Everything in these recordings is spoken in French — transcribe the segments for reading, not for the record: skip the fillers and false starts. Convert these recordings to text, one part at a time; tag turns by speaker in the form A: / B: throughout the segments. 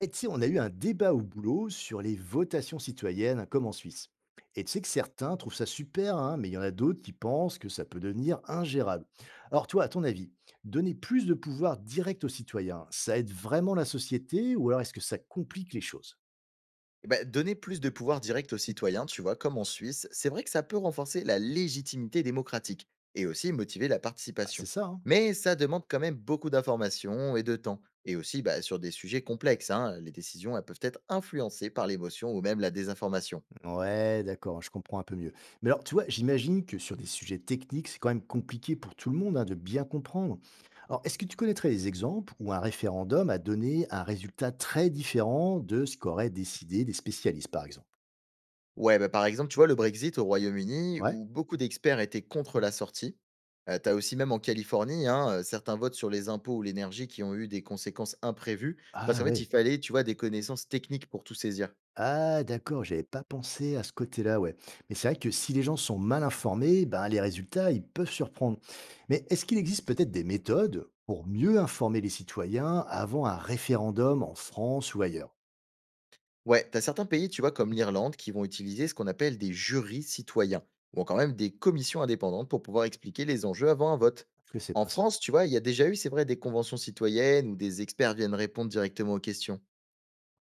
A: Et tu sais, on a eu un débat au boulot sur les votations citoyennes, hein, comme en Suisse. Et tu sais que certains trouvent ça super, hein, mais il y en a d'autres qui pensent que ça peut devenir ingérable. Alors toi, à ton avis, donner plus de pouvoir direct aux citoyens, ça aide vraiment la société ou alors est-ce que ça complique les choses?
B: Eh ben, donner plus de pouvoir direct aux citoyens, tu vois, comme en Suisse, c'est vrai que ça peut renforcer la légitimité démocratique et aussi motiver la
A: Ah, c'est
B: participation.
A: ça, hein.
B: Mais ça demande quand même beaucoup d'informations et de temps. Et aussi, bah, sur des sujets complexes, hein, les décisions elles peuvent être influencées par l'émotion ou même la désinformation.
A: Ouais, d'accord, je comprends un peu mieux. Mais alors, tu vois, j'imagine que sur des sujets techniques, c'est quand même compliqué pour tout le monde hein, de bien comprendre. Alors, est-ce que tu connaîtrais des exemples où un référendum a donné un résultat très différent de ce qu'auraient décidé les spécialistes, par exemple?
B: Ouais, bah, par exemple, tu vois, le Brexit au Royaume-Uni,
A: Ouais.
B: où beaucoup d'experts étaient contre la sortie. T'as aussi même en Californie, hein, certains votes sur les impôts ou l'énergie qui ont eu des conséquences imprévues, parce
A: Ah
B: qu'en fait, il
A: ouais.
B: fallait, tu vois, des connaissances techniques pour tout saisir.
A: Ah d'accord, j'avais pas pensé à ce côté-là, ouais. Mais c'est vrai que si les gens sont mal informés, ben les résultats, ils peuvent surprendre. Mais est-ce qu'il existe peut-être des méthodes pour mieux informer les citoyens avant un référendum en France ou ailleurs?
B: Ouais, t'as certains pays, tu vois, comme l'Irlande, qui vont utiliser ce qu'on appelle des jurys citoyens, ou quand même des commissions indépendantes pour pouvoir expliquer les enjeux avant un vote.
A: Je connaissais
B: En
A: pas ça.
B: France, tu vois, il y a déjà eu, c'est vrai, des conventions citoyennes où des experts viennent répondre directement aux questions.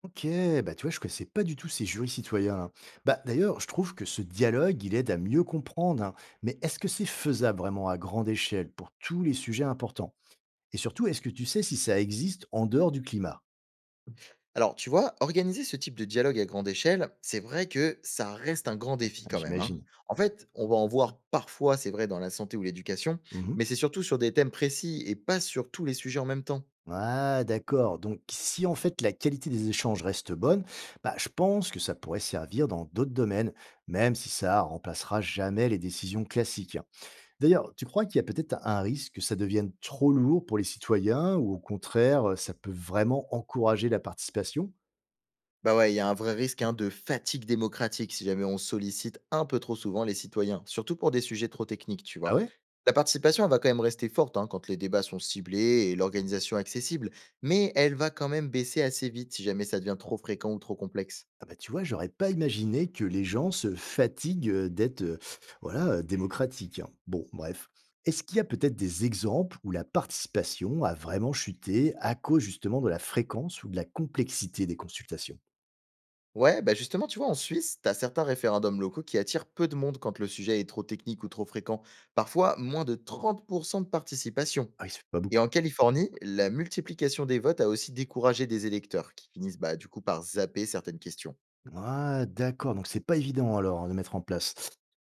A: OK, bah, tu vois, je connaissais pas du tout ces jurys citoyens, là. Bah, d'ailleurs, je trouve que ce dialogue, il aide à mieux comprendre, hein. Mais est-ce que c'est faisable vraiment à grande échelle pour tous les sujets importants? Et surtout, est-ce que tu sais si ça existe en dehors du climat?
B: Alors, tu vois, organiser ce type de dialogue à grande échelle, c'est vrai que ça reste un grand défi quand même, hein.
A: J'imagine.
B: En fait, on va en voir parfois, c'est vrai, dans la santé ou l'éducation,
A: Mhm.
B: mais c'est surtout sur des thèmes précis et pas sur tous les sujets en même temps.
A: Ah, d'accord. Donc, si en fait la qualité des échanges reste bonne, bah, je pense que ça pourrait servir dans d'autres domaines, même si ça remplacera jamais les décisions classiques, hein. D'ailleurs, tu crois qu'il y a peut-être un risque que ça devienne trop lourd pour les citoyens ou au contraire, ça peut vraiment encourager la participation?
B: Bah ouais, il y a un vrai risque hein, de fatigue démocratique si jamais on sollicite un peu trop souvent les citoyens, surtout pour des sujets trop techniques, tu
A: Ah
B: vois.
A: ouais?
B: La participation elle va quand même rester forte hein, quand les débats sont ciblés et l'organisation accessible, mais elle va quand même baisser assez vite si jamais ça devient trop fréquent ou trop complexe.
A: Ah bah, tu vois, j'aurais pas imaginé que les gens se fatiguent, d'être, voilà, démocratiques, hein. Bon, bref. Est-ce qu'il y a peut-être des exemples où la participation a vraiment chuté à cause justement de la fréquence ou de la complexité des consultations?
B: Ouais, bah justement, tu vois, en Suisse, t'as certains référendums locaux qui attirent peu de monde quand le sujet est trop technique ou trop fréquent, parfois moins de 30% de participation.
A: Ah il se fait pas
B: Et
A: beaucoup.
B: en Californie, la multiplication des votes a aussi découragé des électeurs qui finissent bah, du coup par zapper certaines questions.
A: Ah, d'accord, donc c'est pas évident alors hein, de mettre en place.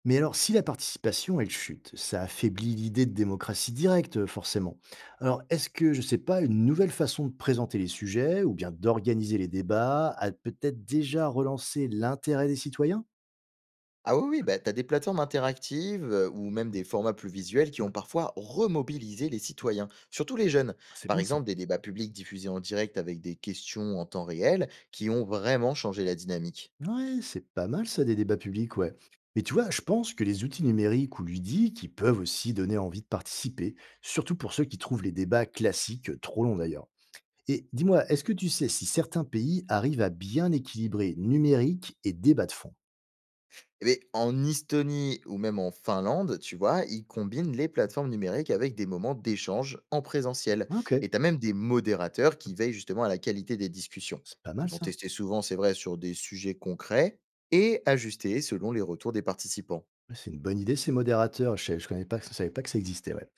A: Mais alors, si la participation, elle chute, ça affaiblit l'idée de démocratie directe, forcément. Alors, est-ce que, je sais pas, une nouvelle façon de présenter les sujets ou bien d'organiser les débats a peut-être déjà relancé l'intérêt des citoyens?
B: Ah oui, oui, bah, tu as des plateformes interactives ou même des formats plus visuels qui ont parfois remobilisé les citoyens, surtout les jeunes.
A: C'est
B: Par
A: bien ça.
B: exemple, des débats publics diffusés en direct avec des questions en temps réel qui ont vraiment changé la dynamique.
A: Ouais, c'est pas mal ça, des débats publics, ouais. Mais tu vois, je pense que les outils numériques ou ludiques, ils peuvent aussi donner envie de participer, surtout pour ceux qui trouvent les débats classiques trop longs d'ailleurs. Et dis-moi, est-ce que tu sais si certains pays arrivent à bien équilibrer numérique et débat de fond?
B: Eh beh, en Estonie ou même en Finlande, tu vois, ils combinent les plateformes numériques avec des moments d'échange en présentiel.
A: OK.
B: Et tu as même des modérateurs qui veillent justement à la qualité des discussions.
A: C'est pas mal
B: Ils vont
A: ça.
B: tester souvent, c'est vrai, sur des sujets concrets et ajuster selon les retours des participants.
A: Ouais, c'est une bonne idée ces modérateurs. Je connais pas, je savais pas que ça existait, ouais.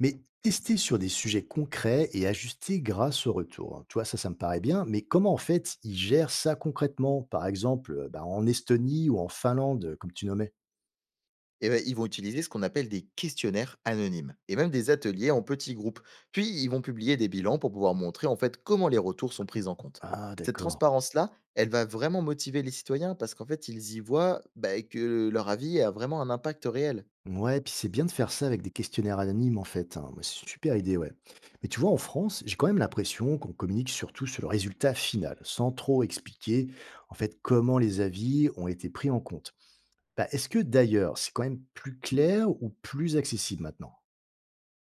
A: Mais tester sur des sujets concrets et ajuster grâce au retour, hein. Tu vois, ça me paraît bien, mais comment en fait ils gèrent ça concrètement? Par exemple, bah, en Estonie ou en Finlande, comme tu nommais.
B: Et beh, ils vont utiliser ce qu'on appelle des questionnaires anonymes et même des ateliers en petits groupes. Puis ils vont publier des bilans pour pouvoir montrer en fait comment les retours sont pris en compte.
A: Ah,
B: Cette
A: d'accord.
B: transparence-là, elle va vraiment motiver les citoyens parce qu'en fait, ils y voient bah, que leur avis a vraiment un impact réel.
A: Ouais, puis c'est bien de faire ça avec des questionnaires anonymes en fait, hein. Moi, c'est une super idée, ouais. Mais tu vois, en France, j'ai quand même l'impression qu'on communique surtout sur le résultat final, sans trop expliquer en fait comment les avis ont été pris en compte. Bah, est-ce que d'ailleurs, c'est quand même plus clair ou plus accessible maintenant?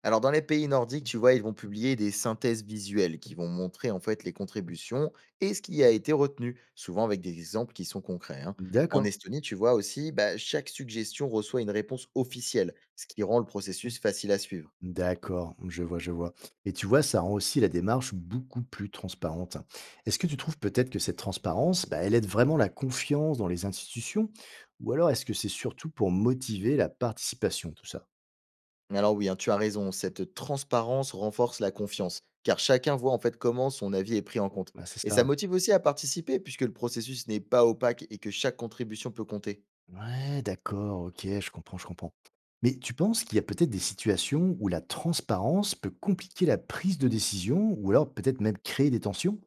B: Alors, dans les pays nordiques, tu vois, ils vont publier des synthèses visuelles qui vont montrer en fait les contributions et ce qui a été retenu, souvent avec des exemples qui sont concrets, hein. En
A: D'accord.
B: Estonie, tu vois aussi, bah, chaque suggestion reçoit une réponse officielle, ce qui rend le processus facile à suivre.
A: D'accord, je vois, je vois. Et tu vois, ça rend aussi la démarche beaucoup plus transparente. Est-ce que tu trouves peut-être que cette transparence, bah, elle aide vraiment la confiance dans les institutions? Ou alors est-ce que c'est surtout pour motiver la participation, tout ça?
B: Alors oui, hein, tu as raison, cette transparence renforce la confiance, car chacun voit en fait comment son avis est pris en compte.
A: Ah, c'est
B: Et
A: ça.
B: ça
A: Ouais,
B: motive aussi à participer, puisque le processus n'est pas opaque et que chaque contribution peut compter.
A: ouais, d'accord, ok, je comprends, je comprends. Mais tu penses qu'il y a peut-être des situations où la transparence peut compliquer la prise de décision, ou alors peut-être même créer des tensions?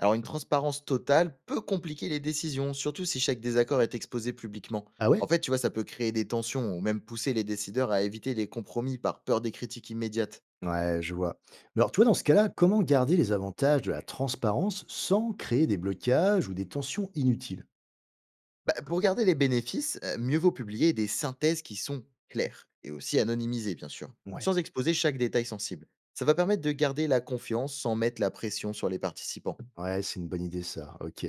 B: Alors une transparence totale peut compliquer les décisions, surtout si chaque désaccord est exposé publiquement.
A: Ah ouais?
B: En fait, tu vois, ça peut créer des tensions ou même pousser les décideurs à éviter les compromis par peur des critiques immédiates.
A: Ouais, je vois. Mais alors, toi, dans ce cas-là, comment garder les avantages de la transparence sans créer des blocages ou des tensions inutiles?
B: Bah, pour garder les bénéfices, mieux vaut publier des synthèses qui sont claires et aussi anonymisées, bien sûr,
A: Ouais.
B: sans exposer chaque détail sensible. Ça va permettre de garder la confiance sans mettre la pression sur les participants.
A: Ouais, c'est une bonne idée ça, ok.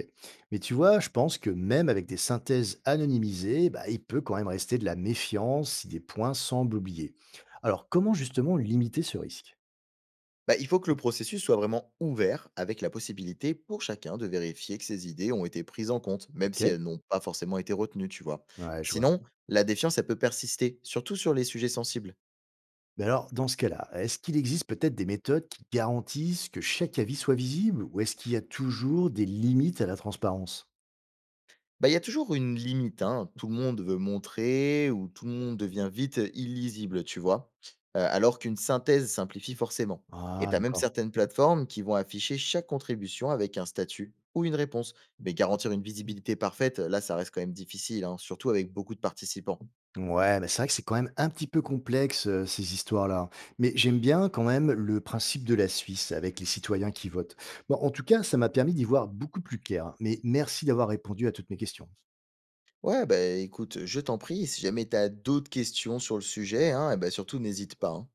A: Mais tu vois, je pense que même avec des synthèses anonymisées, bah, il peut quand même rester de la méfiance si des points semblent oubliés. Alors, comment justement limiter ce risque?
B: Bah, il faut que le processus soit vraiment ouvert, avec la possibilité pour chacun de vérifier que ses idées ont été prises en compte, même
A: Ok.
B: si elles n'ont pas forcément été retenues, tu vois.
A: Ouais, je vois.
B: Sinon, la défiance, elle peut persister, surtout sur les sujets sensibles.
A: Mais alors, dans ce cas-là, est-ce qu'il existe peut-être des méthodes qui garantissent que chaque avis soit visible ou est-ce qu'il y a toujours des limites à la transparence?
B: Bah, il y a toujours une limite, hein, tout le monde veut montrer ou tout le monde devient vite illisible, tu vois. Alors qu'une synthèse simplifie forcément. Et
A: Ah,
B: tu as même
A: d'accord.
B: certaines plateformes qui vont afficher chaque contribution avec un statut ou une réponse. Mais garantir une visibilité parfaite, là, ça reste quand même difficile, hein, surtout avec beaucoup de participants.
A: Ouais, mais c'est vrai que c'est quand même un petit peu complexe, ces histoires-là. Mais j'aime bien quand même le principe de la Suisse avec les citoyens qui votent. Bon, en tout cas, ça m'a permis d'y voir beaucoup plus clair. Mais merci d'avoir répondu à toutes mes questions.
B: Ouais, bah, écoute, je t'en prie, si jamais tu as d'autres questions sur le sujet, hein, eh ben, surtout n'hésite pas, hein.